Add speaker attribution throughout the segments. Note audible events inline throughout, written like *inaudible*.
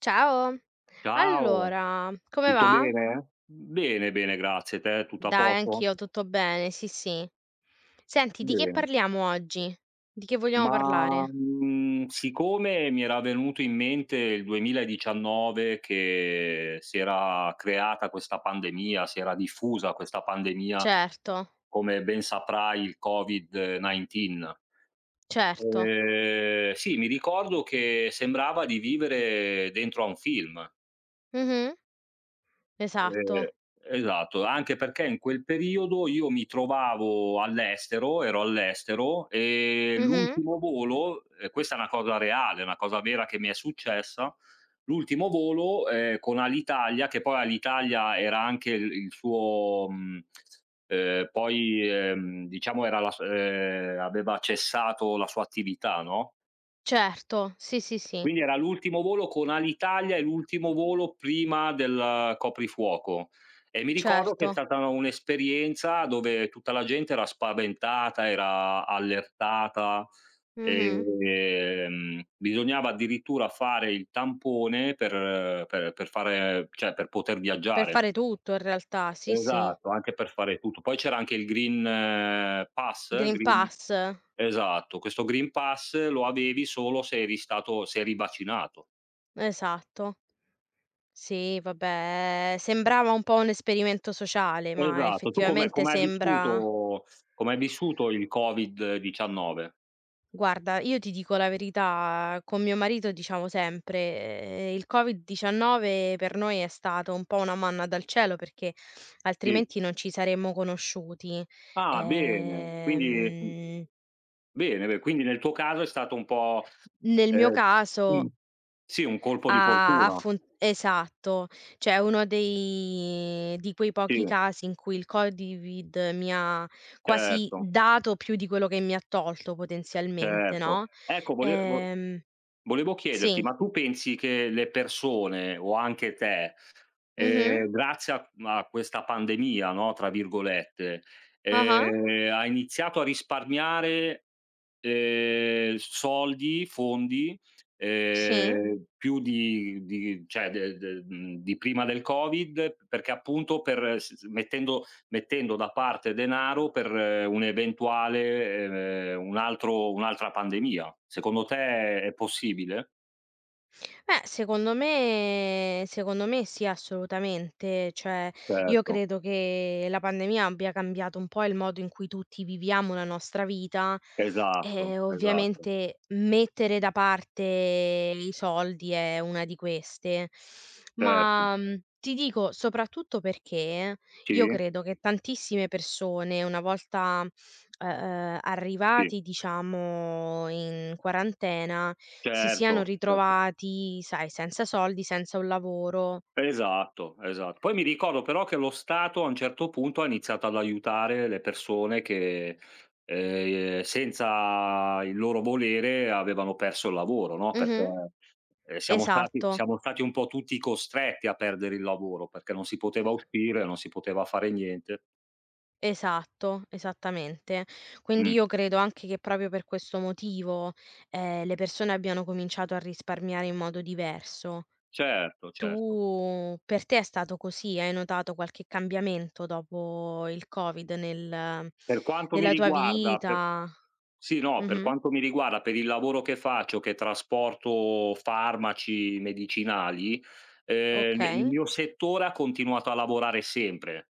Speaker 1: Ciao,
Speaker 2: Ciao,
Speaker 1: allora, come
Speaker 2: tutto
Speaker 1: va?
Speaker 2: bene? Bene, bene, grazie. Te tutto a
Speaker 1: Dai,
Speaker 2: posto?
Speaker 1: anch'io tutto bene, sì, sì. Senti, di che
Speaker 2: Bene.
Speaker 1: parliamo oggi? Di che vogliamo
Speaker 2: Ma,
Speaker 1: parlare?
Speaker 2: mhmm, siccome mi era venuto in mente il 2019 che si era creata questa pandemia, si era diffusa questa pandemia,
Speaker 1: Certo,
Speaker 2: come ben saprai il Covid-19.
Speaker 1: certo.
Speaker 2: Sì, mi ricordo che sembrava di vivere dentro a un film.
Speaker 1: Mh-mh,
Speaker 2: Ehm,
Speaker 1: esatto.
Speaker 2: esatto, anche perché in quel periodo io mi trovavo all'estero, ero all'estero e
Speaker 1: Mh-mh,
Speaker 2: l'ultimo volo e questa è una cosa reale, una cosa vera che mi è successa, l'ultimo volo, con Alitalia, che poi Alitalia era anche il suo poi, diciamo era la s aveva cessato la sua attività, no?
Speaker 1: certo, sì, sì, sì,
Speaker 2: Quindi era l'ultimo volo con Alitalia e l'ultimo volo prima del coprifuoco. E mi ricordo che è
Speaker 1: certo.
Speaker 2: stata un'esperienza dove tutta la gente era spaventata, era allertata,
Speaker 1: Mh-mh.
Speaker 2: bisognava addirittura fare il tampone per fare cioè per poter
Speaker 1: Per
Speaker 2: viaggiare.
Speaker 1: fare tutto in realtà, sì, sì.
Speaker 2: Esatto, anche per fare tutto. Poi c'era anche il Green Pass,
Speaker 1: Green
Speaker 2: Green
Speaker 1: Pass,
Speaker 2: esatto, questo Green Pass lo avevi solo se eri vaccinato.
Speaker 1: esatto. Sì, vabbè, sembrava un po' un esperimento sociale, ma
Speaker 2: Esatto. Tu
Speaker 1: effettivamente sembra.
Speaker 2: come hai vissuto il Covid-19?
Speaker 1: Guarda, io ti dico la verità, con mio marito diciamo sempre, il Covid-19 per noi è stato un po' una manna dal cielo perché
Speaker 2: Sì.
Speaker 1: altrimenti non ci saremmo conosciuti.
Speaker 2: Ah, bene. Quindi
Speaker 1: Ehm,
Speaker 2: bene, be quindi nel tuo caso è stato un po',
Speaker 1: nel mio
Speaker 2: ehm, mh,
Speaker 1: caso
Speaker 2: sì, un colpo di
Speaker 1: ha ha
Speaker 2: fortuna.
Speaker 1: fun esatto, cioè è uno dei di quei
Speaker 2: Sì,
Speaker 1: pochi casi in cui il Covid mi ha quasi
Speaker 2: certo,
Speaker 1: dato più di quello che mi ha tolto potenzialmente, no,
Speaker 2: certo. Ecco, vole vo
Speaker 1: ehm
Speaker 2: Volevo chiederti,
Speaker 1: sì.
Speaker 2: ma tu pensi che le persone o anche te,
Speaker 1: Mh-mh.
Speaker 2: grazie a questa "pandemia", no, tra virgolette,
Speaker 1: Ah-ah,
Speaker 2: ha iniziato a risparmiare, soldi, fondi,
Speaker 1: sì.
Speaker 2: più di di prima del Covid, perché appunto per s s mettendo mettendo da parte denaro per un eventuale un'altra pandemia. Secondo te è possibile?
Speaker 1: Beh, secondo me sì, assolutamente. Cioè, io
Speaker 2: Certo,
Speaker 1: credo che la pandemia abbia cambiato un po' il modo in cui tutti viviamo la nostra vita
Speaker 2: esatto,
Speaker 1: e
Speaker 2: esatto.
Speaker 1: ovviamente mettere da parte i soldi è una di queste.
Speaker 2: Certo.
Speaker 1: Ma, ti dico soprattutto perché
Speaker 2: Sì,
Speaker 1: io credo che tantissime persone una volta
Speaker 2: sì,
Speaker 1: arrivati diciamo in quarantena, si siano
Speaker 2: certo, certo.
Speaker 1: ritrovati, sai, senza soldi, senza un lavoro.
Speaker 2: Esatto, esatto. Poi mi ricordo però che lo Stato a un certo punto ha iniziato ad aiutare le persone che, senza il loro volere avevano perso il lavoro, no, perché,
Speaker 1: Mh-mh. Esatto,
Speaker 2: siamo stati un po' tutti costretti a perdere il lavoro, perché non si poteva uscire, non si poteva fare niente.
Speaker 1: esatto, esattamente. Quindi
Speaker 2: Mh,
Speaker 1: io credo anche che proprio per questo motivo, le persone abbiano cominciato a risparmiare in modo diverso.
Speaker 2: certo, certo.
Speaker 1: Tu per te è stato così? Hai notato qualche cambiamento dopo il Covid
Speaker 2: Per quanto mi
Speaker 1: nella tua
Speaker 2: riguarda, per
Speaker 1: vita?
Speaker 2: Sì, no, per
Speaker 1: Mh-mh,
Speaker 2: quanto mi riguarda, per il lavoro che faccio, che trasporto farmaci, medicinali, il
Speaker 1: okay.
Speaker 2: mio settore ha continuato a lavorare sempre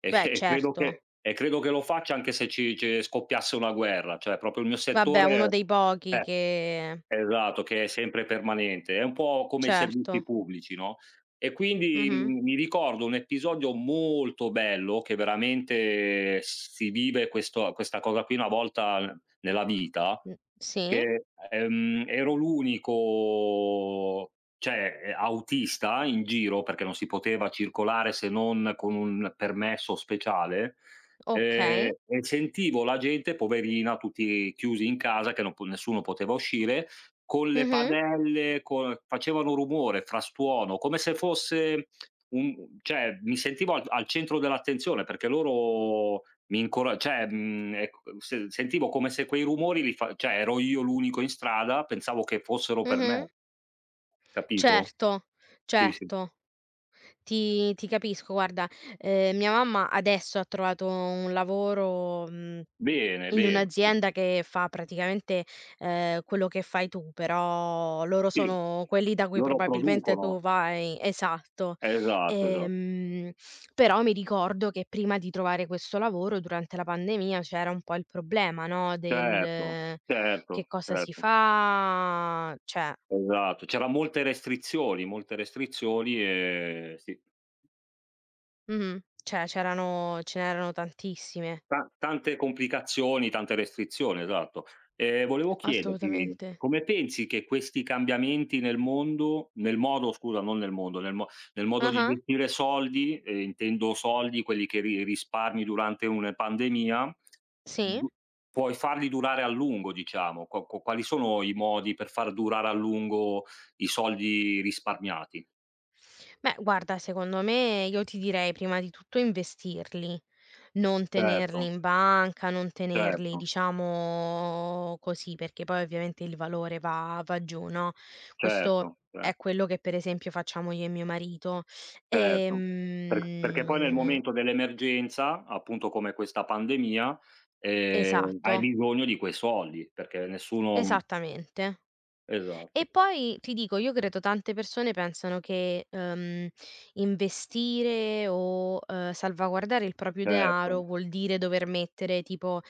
Speaker 2: e
Speaker 1: Beh,
Speaker 2: *laughs* e credo
Speaker 1: certo.
Speaker 2: che lo faccia anche se ci ce scoppiasse una guerra, cioè proprio il mio
Speaker 1: Vabbè, uno
Speaker 2: settore
Speaker 1: dei pochi
Speaker 2: eh.
Speaker 1: che
Speaker 2: Esatto, che è sempre permanente. È un po' come i servizi
Speaker 1: certo.
Speaker 2: pubblici, no, e quindi,
Speaker 1: Mh-mh.
Speaker 2: mi ricordo un episodio molto bello che veramente si vive questo questa cosa qui una volta nella vita,
Speaker 1: Mh, sì,
Speaker 2: che, ero l'unico cioè, autista in giro, perché non si poteva circolare se non con un permesso speciale,
Speaker 1: okay.
Speaker 2: e sentivo la gente poverina, tutti chiusi in casa che non po nessuno poteva uscire con le
Speaker 1: Mh-mh,
Speaker 2: padelle, co facevano rumore, frastuono, come se fosse un cioè mi sentivo al centro dell'attenzione perché loro mi incora cioè, ecco, se sentivo come se quei rumori li fa cioè ero io l'unico in strada, pensavo che fossero per
Speaker 1: mh-mh.
Speaker 2: me, capito?
Speaker 1: Certo,
Speaker 2: Sì, sì.
Speaker 1: certo. Ti capisco, guarda, mia mamma adesso ha trovato un lavoro, mhmm
Speaker 2: Bene,
Speaker 1: in
Speaker 2: bene.
Speaker 1: un'azienda che fa praticamente, quello che fai tu, però loro
Speaker 2: Sì,
Speaker 1: sono quelli da cui
Speaker 2: loro
Speaker 1: probabilmente tu
Speaker 2: producono.
Speaker 1: vai esatto.
Speaker 2: Esatto, esatto.
Speaker 1: Ehm, però mi ricordo che prima di trovare questo lavoro, durante la pandemia, c'era un po' il problema, no, del
Speaker 2: Certo,
Speaker 1: che
Speaker 2: certo,
Speaker 1: cosa si
Speaker 2: certo.
Speaker 1: fa, cioè
Speaker 2: Esatto. C'era molte restrizioni e sì.
Speaker 1: mh-mh, cioè c'erano ce n'erano tantissime.
Speaker 2: Ta tante complicazioni, tante restrizioni, esatto. Volevo chiederti,
Speaker 1: Assolutamente.
Speaker 2: come pensi che questi cambiamenti nel mondo nel modo scusa, non nel mondo, nel modo di
Speaker 1: Ah-ah,
Speaker 2: gestire soldi, intendo soldi, quelli che ri risparmi durante una pandemia,
Speaker 1: sì.
Speaker 2: du puoi farli durare a lungo diciamo, quali sono i modi per far durare a lungo i soldi risparmiati?
Speaker 1: Beh guarda, secondo me io ti direi prima di tutto investirli. Non tenerli
Speaker 2: Certo,
Speaker 1: in banca, non tenerli
Speaker 2: certo,
Speaker 1: diciamo così, perché poi ovviamente il valore va giù, no, questo
Speaker 2: certo, cer
Speaker 1: è quello che per esempio facciamo io e mio marito.
Speaker 2: Certo, perché poi nel
Speaker 1: Ehm,
Speaker 2: momento dell'emergenza, appunto come questa pandemia, hai
Speaker 1: esatto,
Speaker 2: bisogno di quei soldi, perché nessuno
Speaker 1: esattamente. E
Speaker 2: esatto,
Speaker 1: poi ti dico, io credo tante persone pensano che, investire o, salvaguardare il proprio denaro
Speaker 2: certo,
Speaker 1: vuol dire dover mettere tipo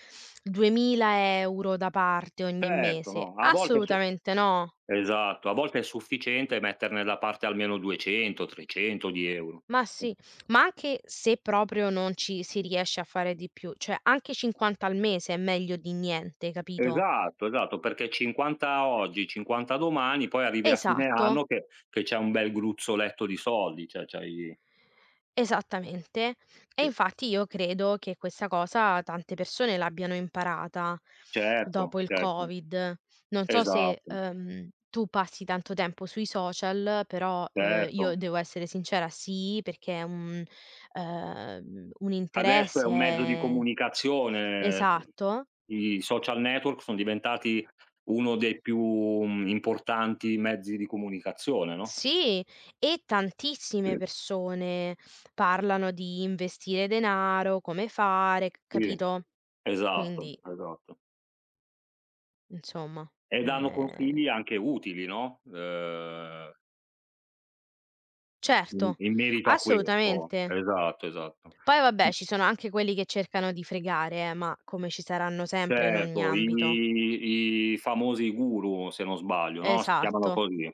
Speaker 1: 2000 € da parte ogni
Speaker 2: certo,
Speaker 1: mese.
Speaker 2: no, a volte è su
Speaker 1: Assolutamente no.
Speaker 2: esatto, a volte è sufficiente metterne da parte almeno 200, 300 €.
Speaker 1: Ma sì, ma anche se proprio non ci si riesce a fare di più, cioè anche 50 al mese è meglio di niente, capito?
Speaker 2: Esatto, esatto, perché 50 oggi, 50 domani, poi arrivi a fine anno
Speaker 1: Esatto.
Speaker 2: che c'è un bel gruzzoletto di soldi, cioè c'hai
Speaker 1: Esattamente. E
Speaker 2: sì,
Speaker 1: infatti io credo che questa cosa tante persone l'abbiano imparata
Speaker 2: certo,
Speaker 1: dopo il
Speaker 2: certo,
Speaker 1: Covid. Non so se,
Speaker 2: esatto,
Speaker 1: tu passi tanto tempo sui social, però, io
Speaker 2: certo.
Speaker 1: devo essere sincera, sì, perché è un
Speaker 2: Adesso è un mezzo di
Speaker 1: interesse
Speaker 2: comunicazione.
Speaker 1: esatto.
Speaker 2: I social network son diventati uno dei più, importanti mezzi di comunicazione, no?
Speaker 1: Sì, e tantissime persone parlano di investire denaro, come fare, c
Speaker 2: Sì,
Speaker 1: capito?
Speaker 2: esatto,
Speaker 1: Quindi
Speaker 2: esatto.
Speaker 1: insomma,
Speaker 2: E danno
Speaker 1: ehm,
Speaker 2: consigli anche utili, no, in
Speaker 1: certo,
Speaker 2: in merito a questo.
Speaker 1: assolutamente.
Speaker 2: Esatto, esatto.
Speaker 1: Poi vabbè, ci sono anche quelli che cercano di fregare, ma come ci saranno sempre in ogni
Speaker 2: Certo,
Speaker 1: ambito.
Speaker 2: i famosi guru, se non sbaglio, no, si chiamano
Speaker 1: Esatto.
Speaker 2: così.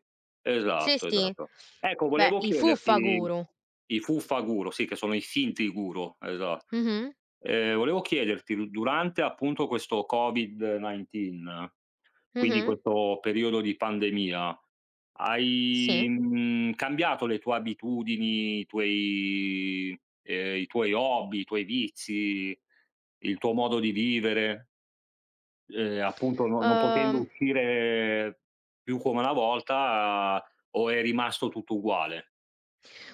Speaker 1: Sì,
Speaker 2: Esatto,
Speaker 1: sì.
Speaker 2: esatto. Ecco,
Speaker 1: Beh,
Speaker 2: volevo
Speaker 1: i
Speaker 2: chiederti
Speaker 1: fuffaguru.
Speaker 2: i fuffaguru, sì, che sono i finti guru, esa
Speaker 1: Mh-mh,
Speaker 2: volevo chiederti du durante appunto questo Covid-19, quindi
Speaker 1: mh-mh,
Speaker 2: questo periodo di pandemia,
Speaker 1: sì.
Speaker 2: hai, cambiato le tue abitudini, i tuoi hobby, i tuoi vizi, il tuo modo di vivere? Appunto no non potendo
Speaker 1: Uhm
Speaker 2: uscire più come una volta o è rimasto tutto uguale?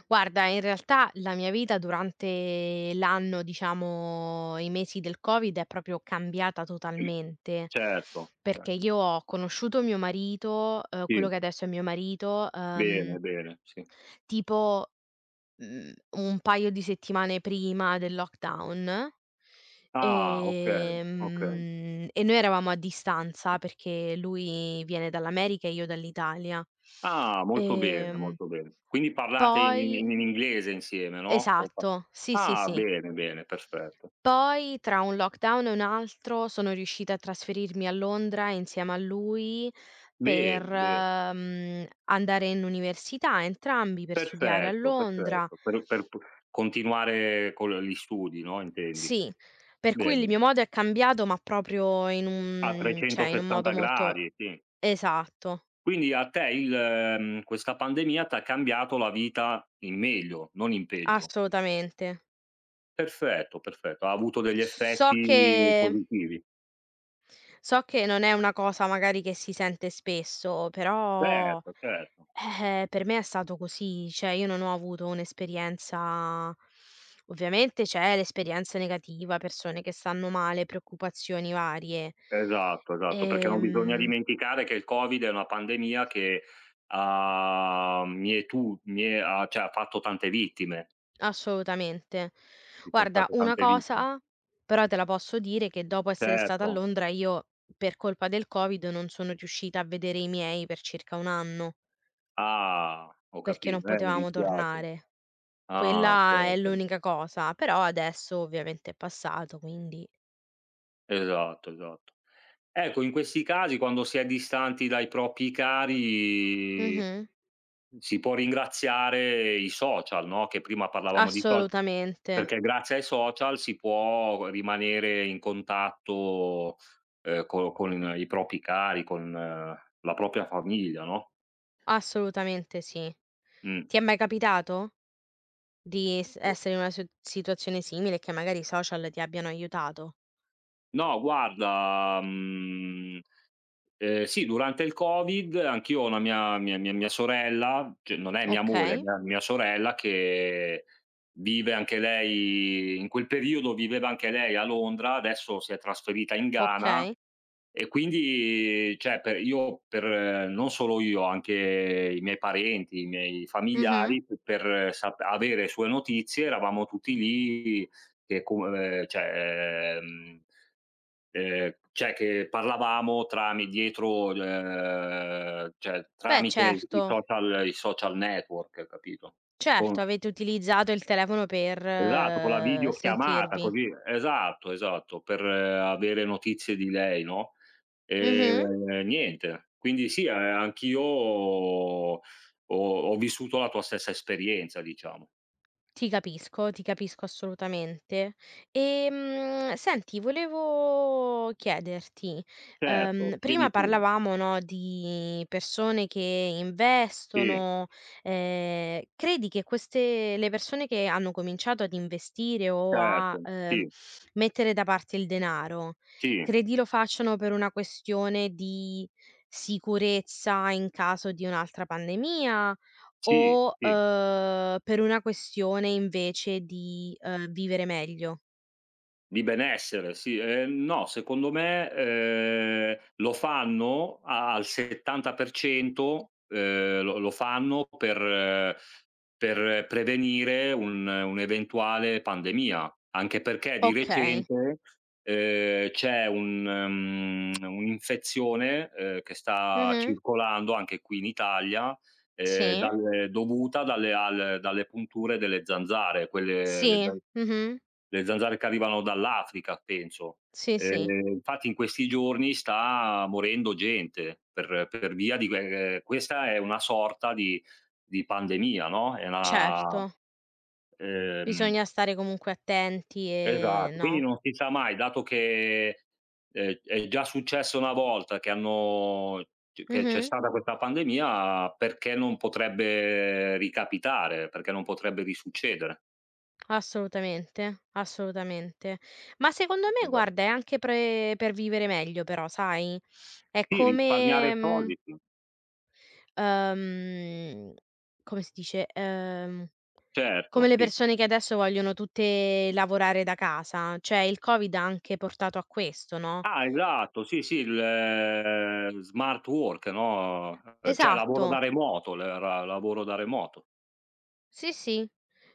Speaker 1: Guarda, in realtà la mia vita durante l'anno, diciamo i mesi del Covid, è proprio cambiata totalmente,
Speaker 2: Certo, cer
Speaker 1: perché io ho conosciuto mio marito, quello
Speaker 2: sì,
Speaker 1: che adesso è mio marito,
Speaker 2: bene, bene, sì.
Speaker 1: tipo, mhmm, un paio di settimane prima del lockdown,
Speaker 2: Ah, okay, okay.
Speaker 1: e noi eravamo a distanza perché lui viene dall'America e io dall'Italia.
Speaker 2: Ah, molto bene,
Speaker 1: Ehm,
Speaker 2: molto bene. Quindi parlate in
Speaker 1: poi
Speaker 2: in in inglese insieme, no? O pa
Speaker 1: Esatto, sì, sì,
Speaker 2: ah,
Speaker 1: sì.
Speaker 2: bene, bene, perfetto.
Speaker 1: Poi tra un lockdown e un altro sono riuscita a trasferirmi a Londra insieme a lui per,
Speaker 2: Bene, bene.
Speaker 1: andare in università entrambi, per studiare a
Speaker 2: Perfetto,
Speaker 1: Londra.
Speaker 2: perfetto. Per p continuare con gli studi, no, intendi.
Speaker 1: Sì, per cui il
Speaker 2: Bene.
Speaker 1: mio modo è cambiato, ma proprio in
Speaker 2: A
Speaker 1: un cioè in un modo
Speaker 2: 360
Speaker 1: molto
Speaker 2: gradi, sì.
Speaker 1: esatto,
Speaker 2: Quindi a te questa pandemia t'ha cambiato la vita in meglio, non in peggio.
Speaker 1: assolutamente.
Speaker 2: Perfetto, perfetto, ha avuto degli
Speaker 1: S so
Speaker 2: effetti
Speaker 1: che
Speaker 2: positivi.
Speaker 1: So che non è una cosa magari che si sente spesso, però,
Speaker 2: Certo, certo.
Speaker 1: per me è stato così, cioè io non ho avuto un'esperienza ovviamente c'è l'esperienza negativa, persone che stanno male, preoccupazioni varie.
Speaker 2: Esatto, esatto, perché non bisogna
Speaker 1: Ehm,
Speaker 2: dimenticare che il Covid è una pandemia che ha mietu mie ha cioè ha fatto tante vittime,
Speaker 1: assolutamente.
Speaker 2: ci son
Speaker 1: Guarda,
Speaker 2: state
Speaker 1: una
Speaker 2: tante vittime.
Speaker 1: cosa però te la posso dire che dopo essere stata a
Speaker 2: Certo.
Speaker 1: Londra io, per colpa del Covid, non sono riuscita a vedere i miei per circa 1 anno,
Speaker 2: Ah, ho
Speaker 1: perché non
Speaker 2: capito. Mi
Speaker 1: potevamo
Speaker 2: dispiace.
Speaker 1: tornare.
Speaker 2: Ah, okay,
Speaker 1: Quella è
Speaker 2: okay.
Speaker 1: l'unica cosa, però adesso ovviamente è passato, quindi
Speaker 2: Esatto, esatto. Ecco, in questi casi quando si è distanti dai propri cari
Speaker 1: mh-mh,
Speaker 2: si può ringraziare i social, no, che prima parlavamo di so
Speaker 1: assolutamente,
Speaker 2: perché grazie ai social si può rimanere in contatto, co con i propri cari, con la propria famiglia, no,
Speaker 1: assolutamente sì.
Speaker 2: mh.
Speaker 1: Ti è mai capitato di s essere in una situazione simile e che magari i social ti abbiano aiutato?
Speaker 2: No guarda, mhmm sì, durante il Covid anch'io ho una mia sorella, cioè non è mia moglie,
Speaker 1: Okay,
Speaker 2: mia sorella che vive anche lei in quel periodo viveva anche lei a Londra, adesso si è trasferita in Ghana
Speaker 1: okay.
Speaker 2: e quindi cioè per io per non solo io, anche i miei parenti, i miei
Speaker 1: Mh-mh.
Speaker 2: familiari, p per sap avere sue notizie eravamo tutti lì che co ehm, cioè, ehm che parlavamo trami dietro cioè
Speaker 1: Beh
Speaker 2: tramite
Speaker 1: certo,
Speaker 2: i social network, capito? Con
Speaker 1: certo avete utilizzato il telefono
Speaker 2: esatto, con la
Speaker 1: per
Speaker 2: videochiamata
Speaker 1: sentirvi.
Speaker 2: così esatto, esatto, per avere notizie di lei, no,
Speaker 1: Mh-mh.
Speaker 2: niente. Quindi sì, anch'io ho vissuto la tua stessa esperienza, diciamo.
Speaker 1: Ti capisco, assolutamente. Senti, volevo chiederti,
Speaker 2: Certo,
Speaker 1: prima
Speaker 2: chiedi pure.
Speaker 1: parlavamo, no, di persone che
Speaker 2: Sì,
Speaker 1: investono, credi che queste le persone che hanno cominciato ad investire o a,
Speaker 2: certo, sì,
Speaker 1: mettere da parte il denaro,
Speaker 2: sì,
Speaker 1: credi lo facciano per una questione di sicurezza in caso di un'altra pandemia?
Speaker 2: sì,
Speaker 1: O,
Speaker 2: sì.
Speaker 1: per una questione invece di, vivere meglio.
Speaker 2: Di benessere, sì. No, secondo me, lo fanno a al 70%, lo fanno per prevenire un'eventuale pandemia, anche perché di
Speaker 1: Okay.
Speaker 2: recente, c'è un'infezione, che sta
Speaker 1: Mh-mh.
Speaker 2: circolando anche qui in Italia,
Speaker 1: Sì.
Speaker 2: dal dovuta dalle al dalle punture delle zanzare, quelle le
Speaker 1: Sì.
Speaker 2: zan
Speaker 1: Mh-mh.
Speaker 2: le zanzare che arrivano dall'Africa penso.
Speaker 1: Sì, sì.
Speaker 2: Infatti in questi giorni sta morendo gente per via di que questa è una sorta di pandemia, no, è una
Speaker 1: Certo.
Speaker 2: ehm,
Speaker 1: Bisogna stare comunque attenti e
Speaker 2: esatto, quindi
Speaker 1: no.
Speaker 2: non si sa mai, dato che, è già successo una volta che hanno c che c'è
Speaker 1: Mh-mh.
Speaker 2: stata questa pandemia, perché non potrebbe ricapitare, perché non potrebbe risuccedere?
Speaker 1: Assolutamente, assolutamente. Ma secondo me
Speaker 2: Esa
Speaker 1: guarda è anche pre per vivere meglio però, sai? È
Speaker 2: sì,
Speaker 1: come
Speaker 2: risparmiare
Speaker 1: mhmm
Speaker 2: soldi, sì.
Speaker 1: Uhm, come si dice, come
Speaker 2: Certo,
Speaker 1: le
Speaker 2: sì.
Speaker 1: persone che adesso vogliono tutte lavorare da casa, cioè il Covid ha anche portato a questo, no.
Speaker 2: Ah, esatto, sì, sì, il smart work, no, cioè lavoro da
Speaker 1: Esatto,
Speaker 2: remoto, l ra lavoro da remoto.
Speaker 1: sì, sì.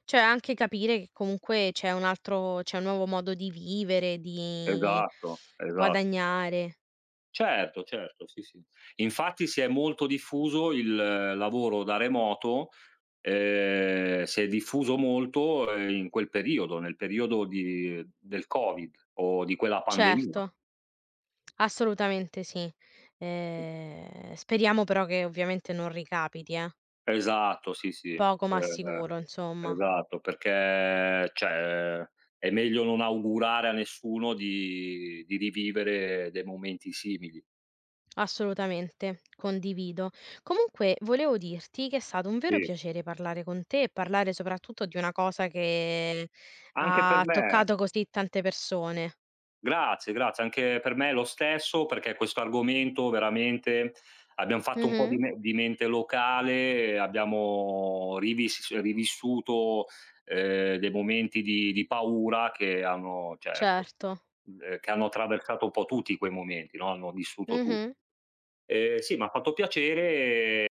Speaker 1: Cioè anche capire che comunque c'è un nuovo modo di vivere, di
Speaker 2: Esatto, esatto.
Speaker 1: guadagnare.
Speaker 2: Certo, certo, sì, sì. Infatti si è molto diffuso il lavoro da remoto, si è diffuso molto, in quel periodo, nel periodo di del Covid o di quella pandemia.
Speaker 1: Certo, assolutamente sì. Speriamo però che ovviamente non ricapiti, eh.
Speaker 2: Esatto, sì, sì.
Speaker 1: Poco ma
Speaker 2: Ehm
Speaker 1: sicuro, insomma.
Speaker 2: Esatto, perché cioè è meglio non augurare a nessuno di rivivere dei momenti simili.
Speaker 1: Assolutamente, condivido. Comunque volevo dirti che è stato un vero
Speaker 2: Sì.
Speaker 1: piacere parlare con te e parlare soprattutto di una cosa che
Speaker 2: Anche per
Speaker 1: ha
Speaker 2: me.
Speaker 1: toccato così tante persone.
Speaker 2: Grazie, grazie. Anche per me è lo stesso, perché questo argomento veramente abbiam fatto un po'
Speaker 1: Mh-mh,
Speaker 2: di mente locale, abbiamo rivissuto, dei momenti di paura
Speaker 1: certo.
Speaker 2: che hanno attraversato un po' tutti quei momenti, no, hanno vissuto tu
Speaker 1: Mh-mh.
Speaker 2: sì, m'ha fatto piacere